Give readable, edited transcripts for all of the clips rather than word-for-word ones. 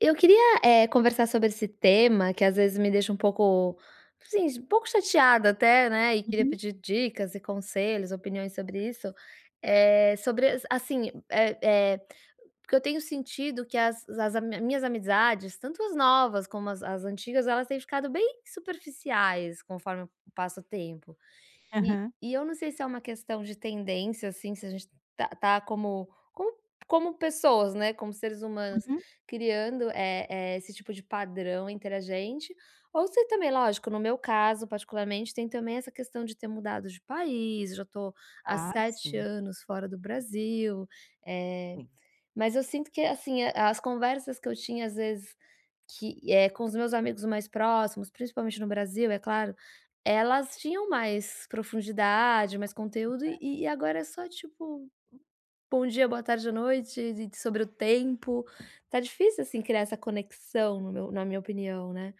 Eu queria, conversar sobre esse tema que às vezes me deixa um pouco, assim, um pouco chateada até, né, e queria Uhum. pedir dicas e conselhos, opiniões sobre isso. eh, sobre as assim, eh eh, Porque eu tenho sentido que as as ami minhas amizades, tanto as novas como as antigas, elas têm ficado bem superficiais conforme passa o tempo. E Aham. e eu não sei se é uma questão de tendência, assim, se a gente tá como pessoas, né, como seres humanos, Uhum. criando, esse tipo de padrão entre a gente, ou se também, lógico, no meu caso particularmente, tem também essa questão de ter mudado de país. Já tô há Ah, 7 sim, anos fora do Brasil. eh sim. mas eu sinto que, assim, a as conversas que eu tinha, às vezes, que é com os meus amigos mais próximos, principalmente no Brasil, é claro, elas tinham mais profundidade, mais conteúdo, e agora é só, tipo, bom dia, boa tarde, à noite, e sobre o tempo. Tá difícil, assim, criar essa conexão, no meu na minha opinião, né.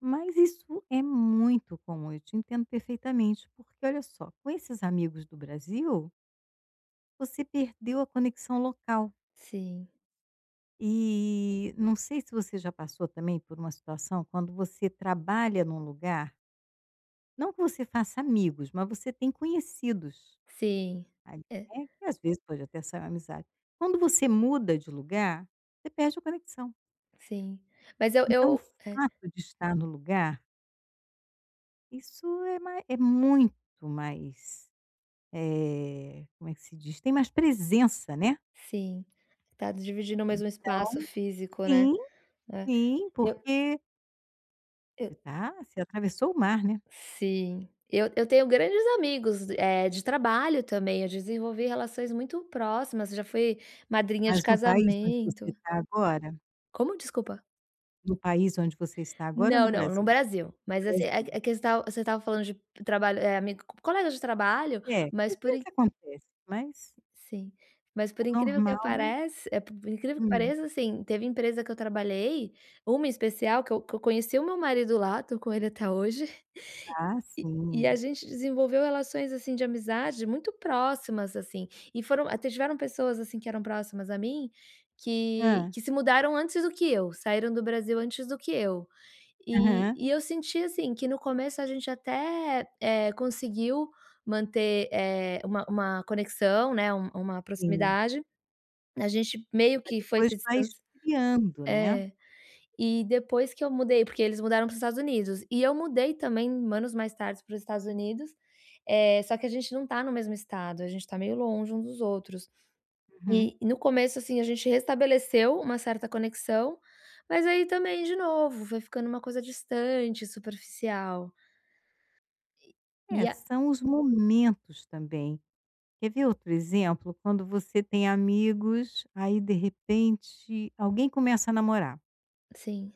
Mas isso é muito comum, eu te entendo perfeitamente, porque olha só, com esses amigos do Brasil, você perdeu a conexão local. Sim, E não sei se você já passou também por uma situação quando você trabalha num lugar, não que você faça amigos, mas você tem conhecidos sim. ali, É, né, que às vezes pode até sair uma amizade. Quando você muda de lugar, você perde a conexão. sim. Mas Então o fato de estar no lugar isso é mai é muito mais, como é que se diz? Tem mais presença, né. sim. Tá dividindo o mesmo espaço Então físico, né. sim, É, sim, eu porque eu você atravessou o mar, né. sim. Eu tenho grandes amigos, de trabalho também. Eu desenvolvi relações muito próximas, já fui madrinha de Mas no país onde casamento. você está agora Como? Desculpa. No país onde você está agora ou no Não, não, no Brasil? Brasil, No mas assim, é Brasil. é que você estava falando de trabalho, é amigo, colega de trabalho, É, mas às por in vezes acontece, mas sim. mas o por incrível que normal. aparece é por incrível que Hum. pareça, assim, teve empresa que eu trabalhei, uma em especial que eu conheci o meu marido lá, tô com ele até hoje. Ah, E a sim. gente desenvolveu relações, assim, de amizade muito próximas. Assim, e foram até tiveram pessoas, assim, que eram próximas a mim, que ah que se mudaram antes do que eu, saíram do Brasil antes do que eu. E Aham. e eu senti, assim, que no começo a gente até, conseguiu manter, uma conexão, né, uma Sim. proximidade. A gente meio Mas que foi depois se vai distanci, esfriando, né. é. E depois que eu mudei, porque eles mudaram para os Estados Unidos, e eu mudei também anos mais tarde para os Estados Unidos. Só que a gente não tá no mesmo estado, a gente tá meio longe um dos outros. Uhum. E no começo, assim, a gente restabeleceu uma certa conexão, mas aí também de novo, foi ficando uma coisa distante, superficial. E É, a são os momentos também. Quer ver outro exemplo? Quando você tem amigos, aí de repente alguém começa a namorar, Sim,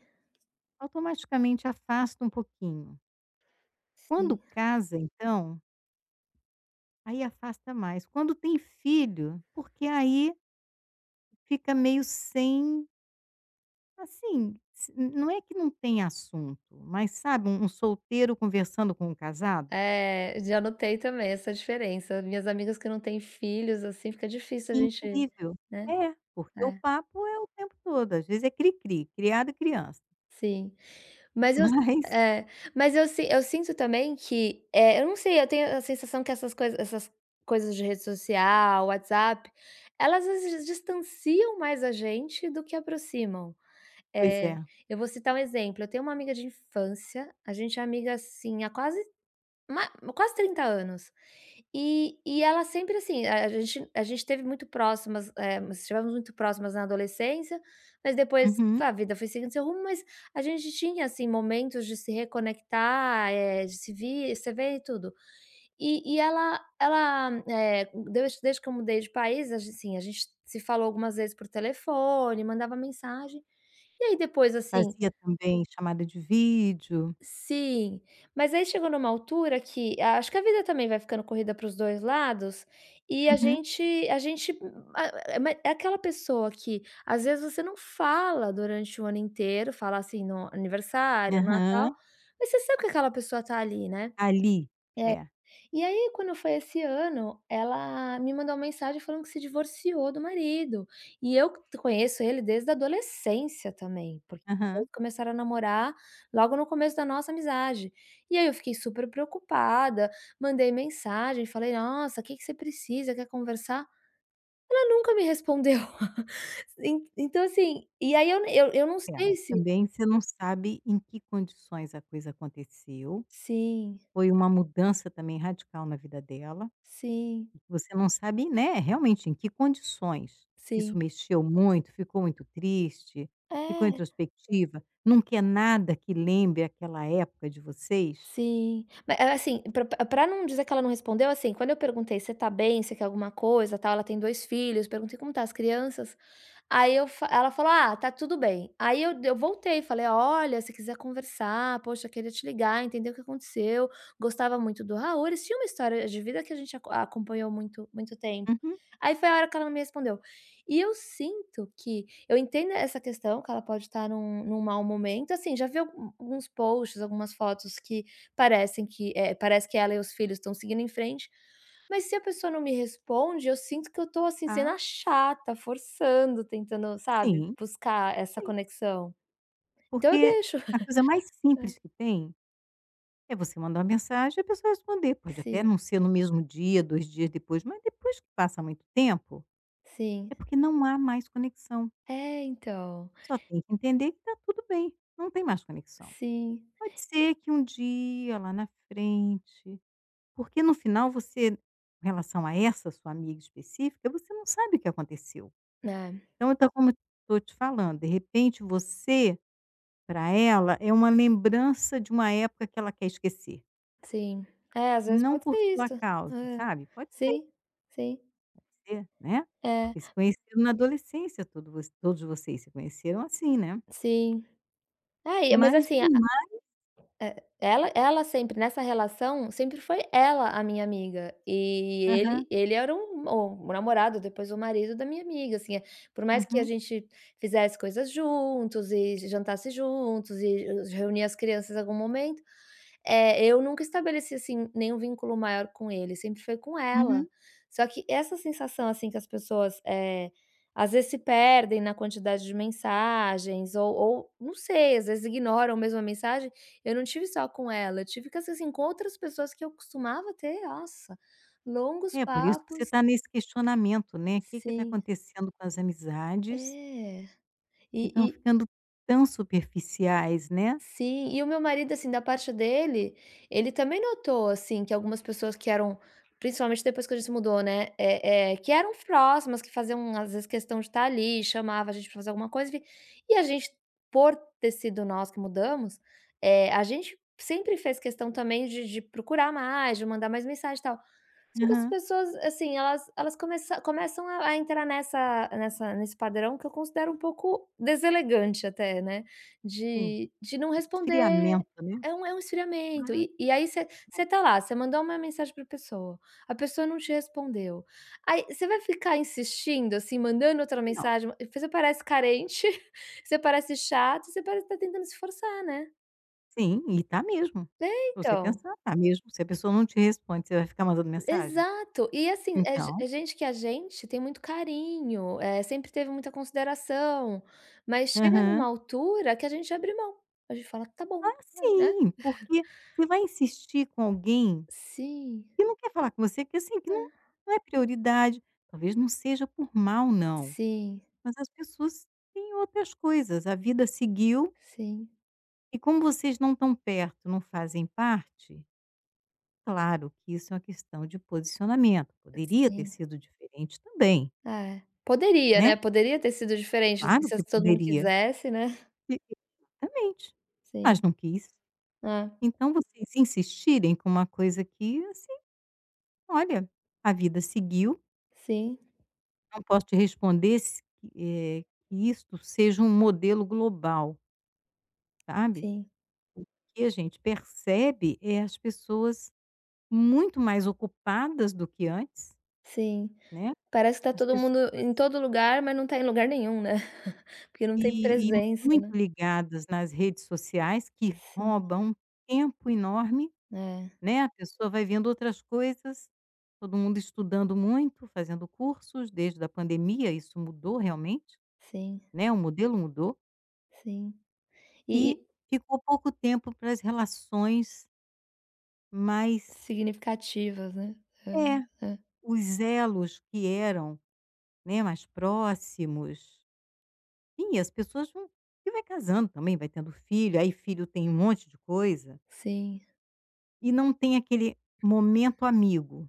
automaticamente afasta um pouquinho. sim. Quando casa, então, aí afasta mais. Quando tem filho, porque aí fica meio sem, assim, s- não é que não tem assunto, mas sabe, um solteiro conversando com um casado? É, já notei também essa diferença. Minhas amigas que não têm filhos, assim, fica difícil a gente, Incrível. né. É, porque o É. papo é o tempo todo. Às vezes é cri-cri, criado e criança. Sim. Mas eu s Mas, É, mas eu si eu sinto também que, eu não sei. Eu tenho a sensação que essas coisas de rede social, WhatsApp, elas às vezes distanciam mais a gente do que aproximam. pois é. Eh, eu vou citar um exemplo. Eu tenho uma amiga de infância, a gente é amiga, assim, há Ma quase 30 anos. E ela sempre assim, a gente teve muito próximas, é, nós estivemos muito próximas na adolescência. Mas depois Uhum. a vida foi seguindo seu rumo. Mas a gente tinha, assim, momentos de se reconectar, de se ver e tudo. E ela, desde que eu mudei de país, a gen assim, a gente se falou algumas vezes por telefone, mandava mensagem. E aí depois, assim, Fazia também chamada de vídeo. sim. Mas aí chegou numa altura que acho que a vida também vai ficando corrida para os 2 lados. E a Uhum. gente, a gente a- ma é aquela pessoa que às vezes você não fala durante o ano inteiro, fala assim no aniversário, no Aham. Natal, mas você sabe que aquela pessoa tá ali, né. Ali. É. E aí, quando foi esse ano, ela me mandou uma mensagem falando que se divorciou do marido. E eu t conheço ele desde a adolescência também, porque eles Aham. começaram a namorar logo no começo da nossa amizade. E aí eu fiquei super preocupada, mandei mensagem, falei: "Nossa, o que que você precisa? Quer conversar?" Ela nunca me respondeu. En então, assim, e aí eu não É, mas sei se. também você não sabe em que condições a coisa aconteceu. Sim, Foi uma mudança também radical na vida dela. sim, Você não sabe, né, realmente em que condições. Isso sim. mexeu muito, ficou muito triste, ficou É. introspectiva, não quer nada que lembre aquela época de vocês? Sim. Mas, assim, pra não dizer que ela não respondeu, assim, quando eu perguntei: "Você tá bem? Você quer alguma coisa, tal?" Ela tem 2 filhos. Perguntei: "Como tá as crianças?" Aí eu fa ela falou: "Ah, tá tudo bem." Aí eu voltei e falei: "Olha, se quiser conversar, poxa, queria te ligar, entender o que aconteceu, gostava muito do Raul, eles tinham uma história de vida que a gente acompanhou muito muito tempo." Uhum. Aí foi a hora que ela não me respondeu. E eu sinto que eu entendo essa questão, que ela pode estar num mau momento, assim. Já vi algum alguns posts, algumas fotos, que parecem que parece que ela e os filhos estão seguindo em frente. Mas se a pessoa não me responde, eu sinto que eu tô, assim, sendo Ah. a chata, forçando, tentando, sabe, Sim, buscar essa sim. conexão. Então eu Porque deixo. a coisa mais É. simples que tem é você mandar uma mensagem e a pessoa responder. Pode até Sim, não ser no mesmo dia, 2 dias depois, mas depois que passa muito tempo, sim. é porque não há mais conexão. É, então. Só tem que entender que tá tudo bem, não tem mais conexão. Sim. Pode ser que um dia lá na frente, porque no final você em relação a essa sua amiga específica, você não sabe o que aconteceu. É, Então, tá como estou te falando, de repente você para ela, é uma lembrança de uma época que ela quer esquecer, sim. É, às vezes não pode ser por sua isso. causa, É. sabe. Pode ser Sim, sim. você, né, É, porque se conheceram na adolescência, todos vocês se conheceram assim, né. sim. É, e mas Mas assim, no ma é, ela sempre nessa relação. Sempre foi ela a minha amiga, e aham, ele era o namorado, depois o marido da minha amiga, assim, por mais que a uhum, gente fizesse coisas juntos e jantasse juntos, e reunia as crianças em algum momento. É, eu nunca estabeleci, assim, nenhum vínculo maior com ele, sempre foi com ela. uhum. Só que essa sensação, assim, que as pessoas, às vezes se perdem na quantidade de mensagens, ou não sei, às vezes ignoram mesmo a mensagem. Eu não tive só com ela, eu tive com as assim, com outras pessoas que eu costumava ter, nossa, longos É por isso que você papos. está nesse questionamento, né, o que está Sim, acontecendo com as amizades é. E que estão e ficando tão superficiais, né. Sim. E o meu marido, assim, da parte dele, ele também notou, assim, que algumas pessoas que eram, principalmente depois que a gente se mudou, né, é que eram próximas, que faziam às vezes questão de estar ali, chamava a gente pra fazer alguma coisa. E e a gente, por ter sido nós que mudamos, é, a gente sempre fez questão também de procurar mais, de mandar mais mensagem e tal. Só que as Aham, pessoas, assim, elas começam a entrar nessa nessa nesse padrão, que eu considero um pouco deselegante até, né, sim, de não responder. esfriamento, né. É um, é um esfriamento. Ah, E aí você, mas tá lá, você mandou uma mensagem pra pessoa, a pessoa não te respondeu. Aí você vai ficar insistindo, assim, mandando outra não. mensagem, você parece carente, você parece chato, você parece que tá tentando se forçar, né. Sim, e tá mesmo. É, Se você então. pensar, tá mesmo. Se a pessoa não te responde, você vai ficar mandando mensagem? Exato. E assim, é ge Então é gente que a gente tem muito carinho, é, sempre teve muita consideração, mas chega numa aham. altura que a gente abre mão. A gente fala: "Tá bom", Ah, é, né. sim, porque você vai insistir com alguém Sim. que não quer falar com você, que, assim, que não É. não é prioridade. Talvez não seja por mal não, Sim, mas as pessoas têm outras coisas. A vida seguiu sim, e como vocês não estão perto, não fazem parte, claro que isso é uma questão de posicionamento. Poderia ter sim. sido diferente também, É. Poderia, né, né. poderia ter sido diferente, Claro assim, se que todo mundo poderia. quisesse, né. Exatamente. Mas Sim. não quis. Ah. Então vocês insistirem com uma coisa que, assim, olha, a vida seguiu, Sim, não posso te responder se, eh, que isto seja um modelo global, sabe. sim, O que a gente percebe é as pessoas muito mais ocupadas do que antes, sim. né, Parece que tá as todo pessoas mundo em todo lugar, mas não tá em lugar nenhum, né. Porque não tem e presença, muito né. ligadas nas redes sociais que Sim. roubam um tempo enorme. É, Né, a pessoa vai vendo outras coisas, todo mundo estudando muito, fazendo cursos, desde a pandemia isso mudou realmente, sim. né, o modelo mudou, Sim. E e e ficou pouco tempo para as relações mais significativas, né. é, É, é. os elos que eram, né, mais próximos. E as pessoas vão e vai casando também, vai tendo filho, aí filho tem um monte de coisa, Sim. e não tem aquele momento amigo,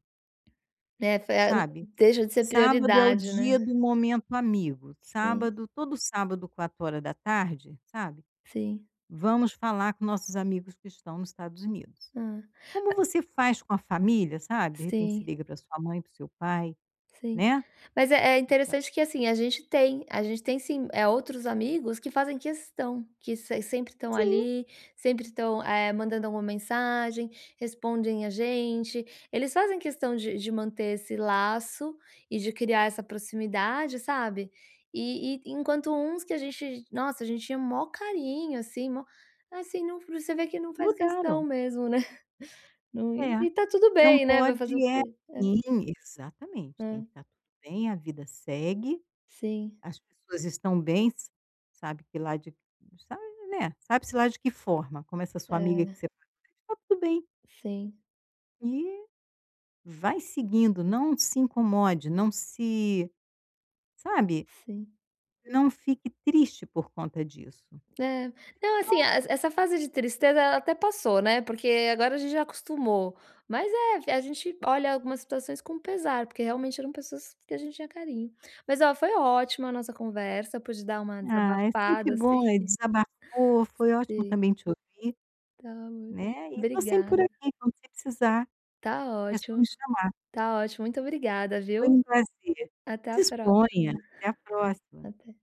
É, foi a sabe? deixa de ser Sábado é o prioridade, né. dia do momento amigo, Sim, sábado todo sábado 4 horas da tarde, sabe, sim. vamos falar com nossos amigos que estão nos Estados Unidos. Hã. Como você faz com a família, sabe, de repente se Sim, liga para sua mãe, para seu pai, sim. né. Mas é interessante que, assim, a gente tem, sim, é, outros amigos que fazem questão, que se sempre estão Sim, ali, sempre estão, mandando alguma mensagem, respondem a gente. Eles fazem questão de manter esse laço e de criar essa proximidade, sabe. E enquanto uns que a gente, nossa, a gente tinha maior carinho, assim, maior, assim, não, você vê que não faz mudaram. questão mesmo, né. Não, e É. e tá tudo Não bem, né. Vai fazer o pode é quê? sim, exatamente, tem Hã. que estar tudo bem, a vida segue, Sim. as pessoas estão bem, s sabe que lá de sabe, né, sabe-se lá de que forma, como essa sua amiga É. que você está tudo bem. Sim, E vai seguindo, não se incomode, não se sabe, sim. não fique triste por conta disso. É. Não, assim, es essa fase de tristeza ela até passou, né, porque agora a gente já acostumou. Mas é, a gente olha algumas situações com pesar, porque realmente eram pessoas que a gente tinha carinho. Mas, ó, foi ótima a nossa conversa, pude dar uma Ah, é sempre desabafada, assim. bom, é desabafou, foi ótimo Sim, também te ouvir, tá bom. né, e estou sempre Obrigada. por aqui, quando você precisar, Tá é só me ótimo, chamar. tá ótimo. Muito obrigada, Foi viu. um prazer. Até a próxima. Disponha, até a próxima. Até.